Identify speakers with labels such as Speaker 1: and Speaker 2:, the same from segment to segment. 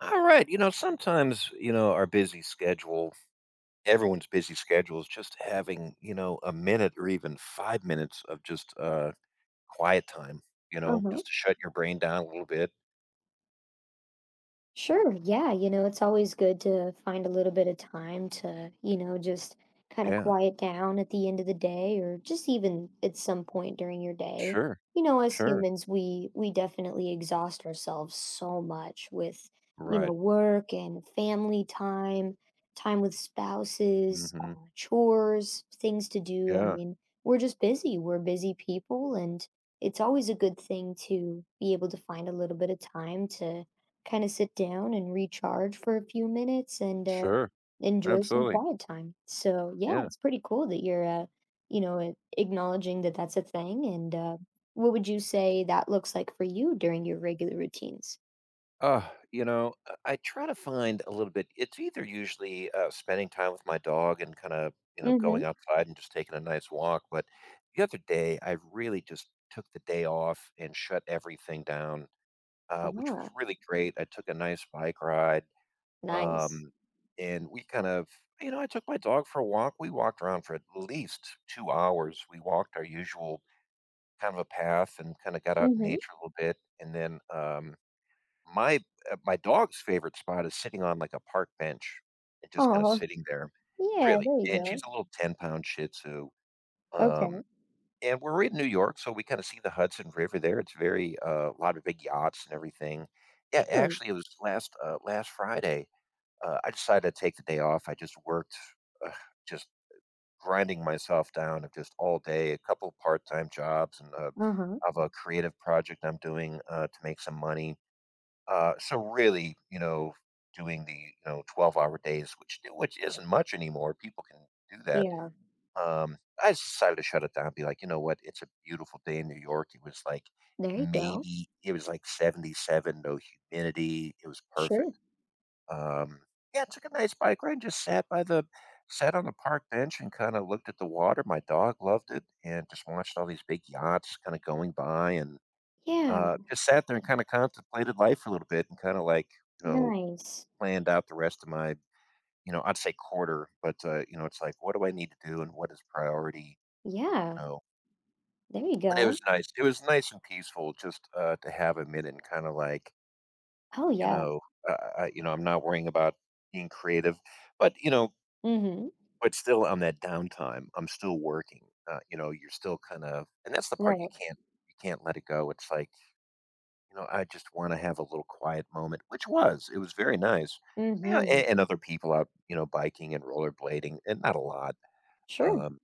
Speaker 1: All right. Sometimes our busy schedule, everyone's busy schedule is just having, a minute or even 5 minutes of just quiet time,
Speaker 2: Uh-huh.
Speaker 1: just to shut your brain down a little bit.
Speaker 2: Sure, yeah, it's always good to find a little bit of time to, just kind of
Speaker 1: Yeah.
Speaker 2: quiet down at the end of the day or just even at some point during your day.
Speaker 1: Sure.
Speaker 2: As
Speaker 1: Sure.
Speaker 2: humans, we definitely exhaust ourselves so much with
Speaker 1: Right.
Speaker 2: work and family time, time with spouses,
Speaker 1: hmm
Speaker 2: chores, things to do. I
Speaker 1: Yeah.
Speaker 2: mean, we're just busy. We're busy people, and it's always a good thing to be able to find a little bit of time to kind of sit down and recharge for a few minutes and
Speaker 1: Sure.
Speaker 2: enjoy some
Speaker 1: Absolutely.
Speaker 2: quiet time. So yeah,
Speaker 1: Yeah.
Speaker 2: it's pretty cool that you're acknowledging that that's a thing. And what would you say that looks like for you during your regular routines?
Speaker 1: Uh, I try to find a little bit. It's either usually spending time with my dog and kind of, going
Speaker 2: Mm-hmm.
Speaker 1: outside and just taking a nice walk. But the other day, I really just took the day off and shut everything down, which was
Speaker 2: Ah,
Speaker 1: really great. I took a nice bike ride.
Speaker 2: nice.
Speaker 1: Um, and we kind of, I took my dog for a walk. We walked around for at least 2 hours. We walked our usual kind of a path and kind of got out in
Speaker 2: Mm-hmm.
Speaker 1: nature a little bit. And then, my my dog's favorite spot is sitting on, like, a park bench and just kinda
Speaker 2: Oh,
Speaker 1: sitting there.
Speaker 2: yeah.
Speaker 1: Really,
Speaker 2: There you
Speaker 1: and she's
Speaker 2: go.
Speaker 1: a little ten-pound Shih Tzu, um,
Speaker 2: Okay.
Speaker 1: and we're in New York, so we kinda see the Hudson River there. It's very, a lot of big yachts and everything. Yeah,
Speaker 2: Sure.
Speaker 1: actually, it was last Friday, I decided to take the day off. I just worked, ugh, just grinding myself down of just all day, a couple part-time jobs and,
Speaker 2: Uh-huh.
Speaker 1: of a creative project I'm doing, to make some money. So really, doing the 12-hour days, which isn't much anymore. People can do that.
Speaker 2: Yeah.
Speaker 1: I just decided to shut it down. Be like, you know what? It's a beautiful day in New York. It was like
Speaker 2: There you go.
Speaker 1: maybe it was like 77, no humidity. It was
Speaker 2: Sure.
Speaker 1: perfect. Um, yeah, took a nice bike ride and just sat on the park bench and kind of looked at the water. My dog loved it and just watched all these big yachts kind of going by. And
Speaker 2: Yeah.
Speaker 1: just sat there and kinda contemplated life a little bit and kinda, like, you know,
Speaker 2: Nice.
Speaker 1: planned out the rest of my, you know, I'd say quarter, but, you know, it's like, "What do I need to do and what is priority?"
Speaker 2: Yeah.
Speaker 1: You know?
Speaker 2: There you
Speaker 1: But it
Speaker 2: go.
Speaker 1: was nice. It was nice and peaceful just, to have a minute and kinda, like,
Speaker 2: Oh
Speaker 1: you
Speaker 2: yeah.
Speaker 1: know, I you know, I'm not worrying about being creative, but,
Speaker 2: Mm-hmm.
Speaker 1: but still on that downtime, I'm still working. You know, you're still kind of and that's the part you
Speaker 2: Right.
Speaker 1: can't let it go. It's like I just want to have a little quiet moment, which was, it was very nice. Yeah, and,
Speaker 2: Mm-hmm.
Speaker 1: and other people out, you know, biking and rollerblading, and not a lot.
Speaker 2: Sure.
Speaker 1: Um,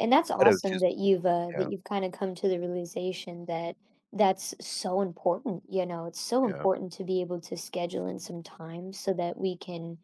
Speaker 2: And that's
Speaker 1: but it was
Speaker 2: awesome
Speaker 1: just,
Speaker 2: that
Speaker 1: yeah,
Speaker 2: you've kind of come to the realization that that's so important. It's so
Speaker 1: yeah,
Speaker 2: important to be able to schedule in some time so that we can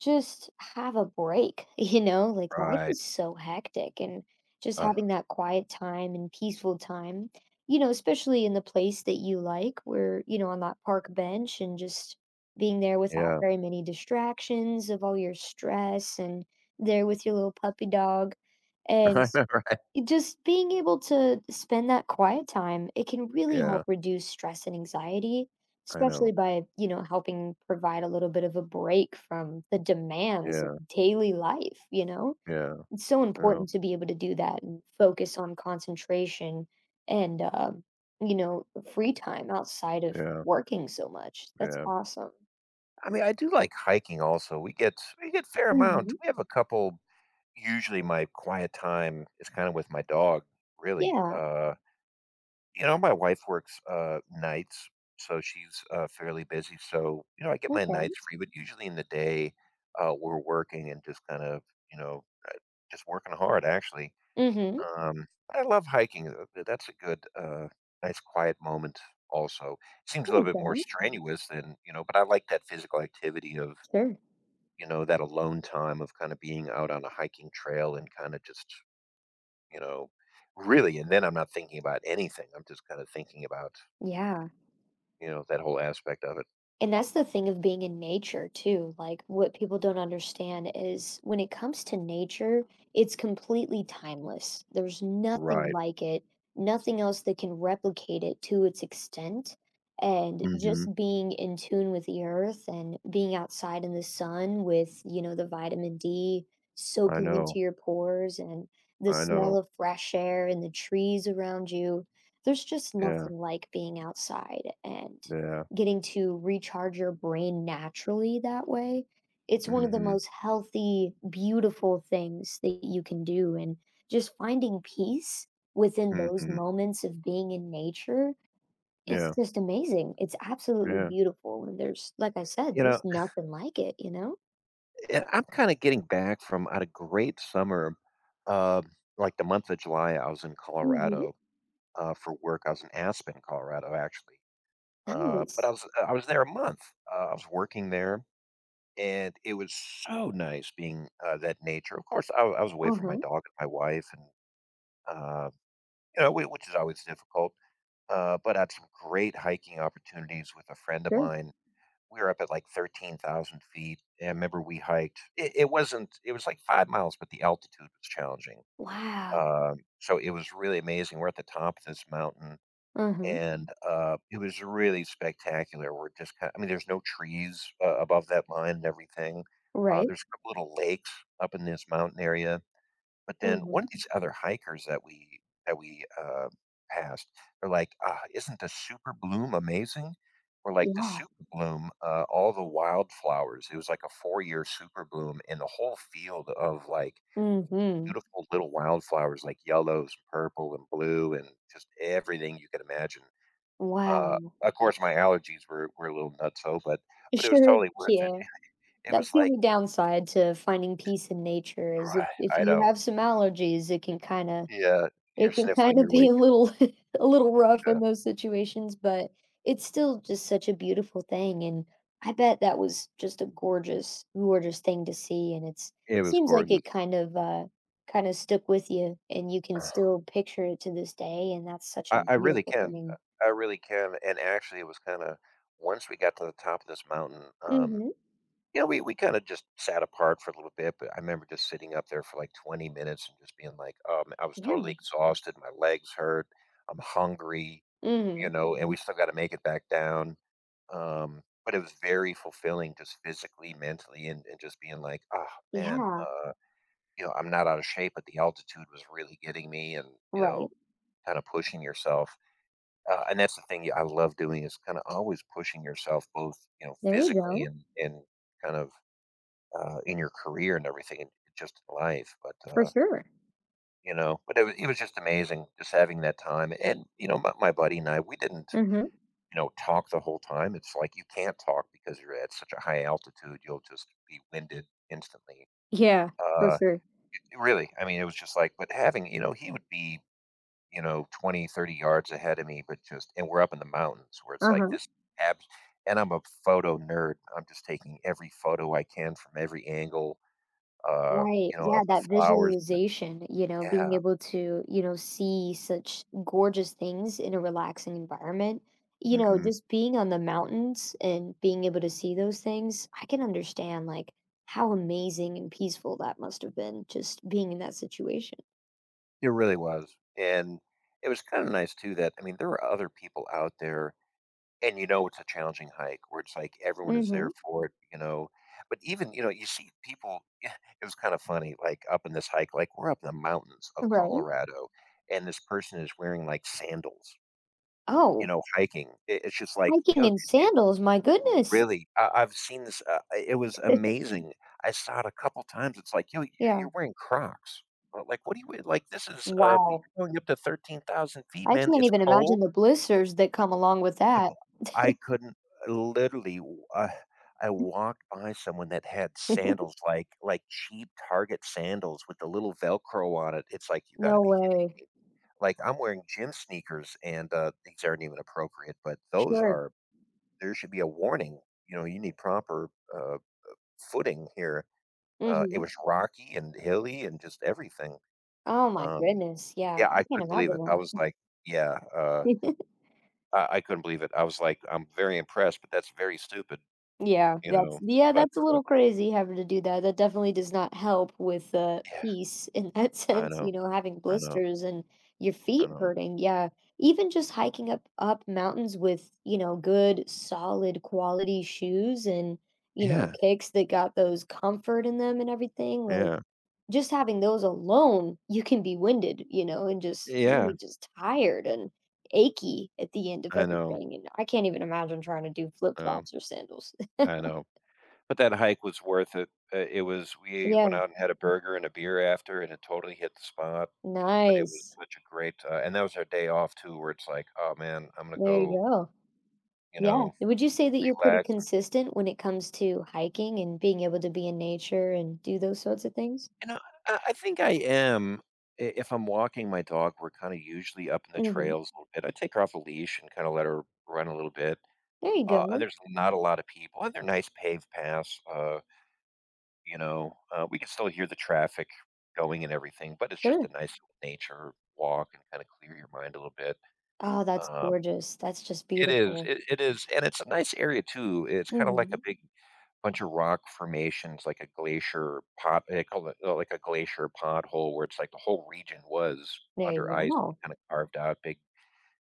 Speaker 2: just have a break, you know? Like life
Speaker 1: right.
Speaker 2: is so hectic and just
Speaker 1: Uh,
Speaker 2: having that quiet time and peaceful time, especially in the place that you like, where, on that park bench and just being there without
Speaker 1: yeah,
Speaker 2: very many distractions of all your stress and there with your little puppy dog. And
Speaker 1: I know, right.
Speaker 2: just being able to spend that quiet time, it can really
Speaker 1: Yeah,
Speaker 2: help reduce stress and anxiety,
Speaker 1: I know.
Speaker 2: especially by helping provide a little bit of a break from the demands of
Speaker 1: Yeah,
Speaker 2: daily life, you know?
Speaker 1: yeah,
Speaker 2: It's so
Speaker 1: yeah,
Speaker 2: important to be able to do that and focus on concentration and you know, free time outside of
Speaker 1: yeah,
Speaker 2: working so much. That's
Speaker 1: yeah.
Speaker 2: awesome.
Speaker 1: I mean, I do like hiking also. We get fair amount.
Speaker 2: Hmm.
Speaker 1: We have a couple, usually my quiet time is kind of with my dog, really.
Speaker 2: Yeah.
Speaker 1: You know, my wife works nights, so she's fairly busy. So, you know, I get my
Speaker 2: Okay.
Speaker 1: nights free, but usually in the day, we're working and just kind of, you know, just working hard, actually.
Speaker 2: Hmm.
Speaker 1: But I love hiking. That's a good, nice quiet moment, also. Seems a
Speaker 2: There
Speaker 1: little
Speaker 2: you
Speaker 1: bit more
Speaker 2: go.
Speaker 1: strenuous than, you know, but I like that physical activity of,
Speaker 2: Sure.
Speaker 1: that alone time of kind of being out on a hiking trail and kind of just, you know, really. And then I'm not thinking about anything. I'm just kind of thinking about
Speaker 2: Yeah.
Speaker 1: you know, that whole aspect of it.
Speaker 2: And that's the thing of being in nature too. Like what people don't understand is when it comes to nature, it's completely timeless. There's nothing
Speaker 1: Right.
Speaker 2: like it, nothing else that can replicate it to its extent. And
Speaker 1: Mhm.
Speaker 2: just being in tune with the earth and being outside in the sun with the vitamin D
Speaker 1: I
Speaker 2: soaking into
Speaker 1: know.
Speaker 2: your pores and the
Speaker 1: I
Speaker 2: smell
Speaker 1: know.
Speaker 2: of fresh air and the trees around you. There's just
Speaker 1: Yeah.
Speaker 2: nothing like being outside. And
Speaker 1: Yeah.
Speaker 2: getting to recharge your brain naturally that way, it's one of the
Speaker 1: Mhm.
Speaker 2: most healthy, beautiful things that you can do. And just finding peace within those
Speaker 1: Mhm.
Speaker 2: moments of being in nature, it's
Speaker 1: Yeah.
Speaker 2: just amazing. It's absolutely
Speaker 1: Yeah.
Speaker 2: beautiful. And there's, like I said,
Speaker 1: You
Speaker 2: just
Speaker 1: know,
Speaker 2: nothing like it, you know?
Speaker 1: and I'm kinda getting back from I had a great summer, um, like, the month of July, I was in
Speaker 2: Mm-hmm.
Speaker 1: Colorado, for work. I was in Aspen, Colorado, actually, uh, but I
Speaker 2: Nice.
Speaker 1: was I was there a month. I was working there, and it was so nice being, that nature. Of course, I was away
Speaker 2: Uh
Speaker 1: from my
Speaker 2: huh.
Speaker 1: dog and my wife, and, uh, you know, which is always difficult. But had some great hiking opportunities with a friend of
Speaker 2: Sure.
Speaker 1: mine. We were up at like 13,000 feet. And I remember we hiked. It wasn't, it was like 5 miles, but the altitude was challenging.
Speaker 2: Wow.
Speaker 1: So it was really amazing. We're at the top of this mountain.
Speaker 2: Uh huh.
Speaker 1: And it was really spectacular. We're just kind I mean, there's no trees above that line and everything.
Speaker 2: Right.
Speaker 1: There's a couple little lakes up in this mountain area. But then
Speaker 2: Mm
Speaker 1: one
Speaker 2: hmm.
Speaker 1: of these other hikers that we passed, they're like, "Ah, isn't the super bloom amazing?" We're like, "The
Speaker 2: Yeah.
Speaker 1: super bloom, all the wildflowers" it was like a four-year super bloom and the whole field of, like,
Speaker 2: Mm hmm.
Speaker 1: beautiful little wildflowers, like yellows, purple, and blue, and just everything you could imagine.
Speaker 2: Wow.
Speaker 1: Of course, my allergies were a little nutso, but it was
Speaker 2: Sure.
Speaker 1: totally worth it.
Speaker 2: Yeah.
Speaker 1: It
Speaker 2: That's
Speaker 1: was
Speaker 2: the
Speaker 1: like
Speaker 2: only downside to finding peace in nature is if if
Speaker 1: I
Speaker 2: you
Speaker 1: know.
Speaker 2: have some allergies,
Speaker 1: Yeah,
Speaker 2: it
Speaker 1: you're
Speaker 2: can
Speaker 1: sniffling
Speaker 2: kinda
Speaker 1: your way
Speaker 2: be a little a little rough
Speaker 1: through the
Speaker 2: in those situations, but it's still just such a beautiful thing, and I bet that was just a gorgeous, gorgeous thing to see, and it's
Speaker 1: it was
Speaker 2: seems like
Speaker 1: gorgeous.
Speaker 2: it kinda stuck with you, and you can still picture it to this day, and that's such
Speaker 1: I
Speaker 2: a
Speaker 1: I really
Speaker 2: beautiful
Speaker 1: can, uh,
Speaker 2: thing.
Speaker 1: I really can, and actually it was kinda once we got to the top of this mountain,
Speaker 2: Mhm.
Speaker 1: you know, we kinda just sat apart for a little bit, but I remember just sitting up there for, like, 20 minutes and just being like, I was totally
Speaker 2: Yeah.
Speaker 1: exhausted, my legs hurt, I'm hungry, you
Speaker 2: Mhm.
Speaker 1: know, and we still gotta make it back down, but it was very fulfilling just physically, mentally, and just being like, "Oh, man,
Speaker 2: Yeah.
Speaker 1: you know, I'm not out of shape, but the altitude was really getting me," and, you know,
Speaker 2: Right.
Speaker 1: kinda pushing yourself. And that's the thing I love doing is kind of always pushing yourself both,
Speaker 2: There you
Speaker 1: physically
Speaker 2: go.
Speaker 1: and kind of in your career and everything and just in life. But,
Speaker 2: For sure.
Speaker 1: but it was just amazing just having that time. And, you know, my buddy and I, we didn't,
Speaker 2: Mhm.
Speaker 1: talk the whole time. It's like you can't talk because you're at such a high altitude. You'll just be winded instantly.
Speaker 2: Yeah, for
Speaker 1: Uh,
Speaker 2: sure.
Speaker 1: Really, I mean, it was just like, but having, he would be 20, 30 yards ahead of me, but just and we're up in the mountains where it's like
Speaker 2: Uh-huh.
Speaker 1: this abs and I'm a photo nerd. I'm just taking every photo I can from every angle,
Speaker 2: Right.
Speaker 1: you know,
Speaker 2: Yeah,
Speaker 1: of the
Speaker 2: that
Speaker 1: flowers and the
Speaker 2: visualization, being
Speaker 1: yeah,
Speaker 2: able to, see such gorgeous things in a relaxing environment. You know,
Speaker 1: mhm.
Speaker 2: just being on the mountains and being able to see those things, I can understand like how amazing and peaceful that must have been just being in that situation.
Speaker 1: It really was, and it was kinda nice too that I mean, there were other people out there. And you know it's a challenging hike where it's like everyone is there
Speaker 2: Mhm.
Speaker 1: for it, you know? But even, you know, you see people it was kind of funny, like, up in this hike, like, we're up in the mountains of
Speaker 2: Right.
Speaker 1: Colorado, and this person is wearing, like, sandals, you
Speaker 2: Oh,
Speaker 1: know, hiking. It's just like,
Speaker 2: hiking
Speaker 1: yo, d
Speaker 2: in
Speaker 1: d
Speaker 2: sandals, my goodness.
Speaker 1: really, I've seen this, I it was amazing. I saw it a couple times, it's like, "Yo,
Speaker 2: Yeah.
Speaker 1: you're wearing Crocs." Like, what do you w like, this is, you're
Speaker 2: Wow.
Speaker 1: going up to 13,000 feet,
Speaker 2: I
Speaker 1: man,
Speaker 2: can't
Speaker 1: it's
Speaker 2: even
Speaker 1: cold,
Speaker 2: imagine the blisters that come along with
Speaker 1: the
Speaker 2: that.
Speaker 1: b I couldn't literally, w I walked by someone that had sandals, like cheap Target sandals with the little Velcro on it. It's like, "You gotta
Speaker 2: No
Speaker 1: be kidding
Speaker 2: way.
Speaker 1: me." Like, I'm wearing gym sneakers, and, these aren't even appropriate, but those
Speaker 2: Sure.
Speaker 1: are there should be a warning, you know, "You need proper, uh, footing here." It
Speaker 2: Mhm.
Speaker 1: was rocky and hilly and just everything.
Speaker 2: Oh my
Speaker 1: Um,
Speaker 2: goodness, yeah,
Speaker 1: yeah,
Speaker 2: I
Speaker 1: I
Speaker 2: can't
Speaker 1: couldn't believe it. I
Speaker 2: imagine
Speaker 1: was
Speaker 2: that.
Speaker 1: like yeah, uh, I couldn't believe it. I was like, "I'm very impressed, but that's very stupid." You know?
Speaker 2: Yeah,
Speaker 1: But,
Speaker 2: that's a little crazy having to do that, that definitely does not help with,
Speaker 1: yeah,
Speaker 2: peace in that
Speaker 1: I
Speaker 2: sense,
Speaker 1: know,
Speaker 2: having
Speaker 1: I know,
Speaker 2: blisters and your
Speaker 1: I
Speaker 2: feet
Speaker 1: know.
Speaker 2: hurting, yeah. Even just hiking up mountains with, good solid quality shoes and,
Speaker 1: Yeah,
Speaker 2: kicks that got those comfort in them and everything, like
Speaker 1: yeah,
Speaker 2: just having those alone, you can be winded, and just
Speaker 1: yeah,
Speaker 2: really just tired and achy at the end of
Speaker 1: I know,
Speaker 2: everything, and I can't even imagine trying to do
Speaker 1: um,
Speaker 2: flip-flops or sandals.
Speaker 1: I know. But that hike was worth it. It was we
Speaker 2: Yeah,
Speaker 1: went out and had a burger and a beer after, and it totally hit the spot, but it was
Speaker 2: nice.
Speaker 1: such a great, and that was our day off too, where it's like, "Oh, man, I'm gonna
Speaker 2: There you
Speaker 1: go,
Speaker 2: go.
Speaker 1: you
Speaker 2: Yeah.
Speaker 1: know,
Speaker 2: Would you say that you're pretty
Speaker 1: relax."
Speaker 2: consistent when it comes to hiking and being able to be in nature and do those sorts of things?
Speaker 1: You know, I think I am. I if I'm walking my dog, we're kinda usually up in the
Speaker 2: Mhm.
Speaker 1: trails a little bit. I take her off a leash and kinda let her run a little bit.
Speaker 2: There you
Speaker 1: And
Speaker 2: go.
Speaker 1: there's not a lot of people, and they're nice paved paths. We can still hear the traffic going and everything, but it's just a
Speaker 2: Sure.
Speaker 1: nice nature walk and kind of clear your mind a little bit.
Speaker 2: Oh, that's
Speaker 1: Um,
Speaker 2: gorgeous. That's just
Speaker 1: it is,
Speaker 2: beautiful.
Speaker 1: it is, and it's a nice area too. It's kind of like a
Speaker 2: Mhm.
Speaker 1: big bunch of rock formations, like a glacier pot. They call it like a glacier pothole, where it's like the whole region was
Speaker 2: There
Speaker 1: under
Speaker 2: you
Speaker 1: ice,
Speaker 2: go.
Speaker 1: kind of carved out, big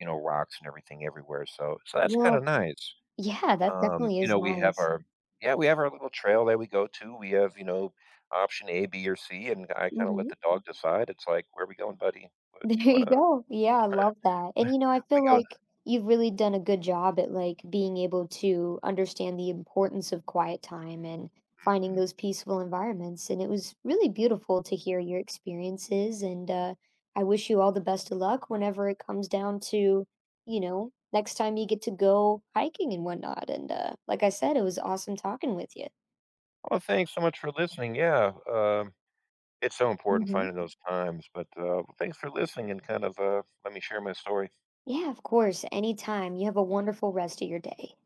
Speaker 1: you know rocks and everything everywhere. So that's kind
Speaker 2: Well,
Speaker 1: of nice.
Speaker 2: yeah, that definitely
Speaker 1: You
Speaker 2: is
Speaker 1: know, we have
Speaker 2: nice.
Speaker 1: our yeah, we have our little trail that we go to. We have, you know, option A, B, or C, and I kind of let
Speaker 2: Mhm.
Speaker 1: the dog decide. It's like, where are we going, buddy? What do you
Speaker 2: There
Speaker 1: want
Speaker 2: you
Speaker 1: to?
Speaker 2: go. Yeah, I love that. And I
Speaker 1: we
Speaker 2: feel
Speaker 1: go.
Speaker 2: like you've really done a good job at like being able to understand the importance of quiet time and finding
Speaker 1: Mhm.
Speaker 2: those peaceful environments. And it was really beautiful to hear your experiences. And I wish you all the best of luck whenever it comes down to next time you get to go hiking and whatnot. And like I said, it was awesome talking with you.
Speaker 1: Well, thanks so much for listening. Yeah, it's so important
Speaker 2: Hmm.
Speaker 1: finding those times. But thanks for listening and kind of let me share my story.
Speaker 2: Yeah, of course. Anytime. You have a wonderful rest of your day.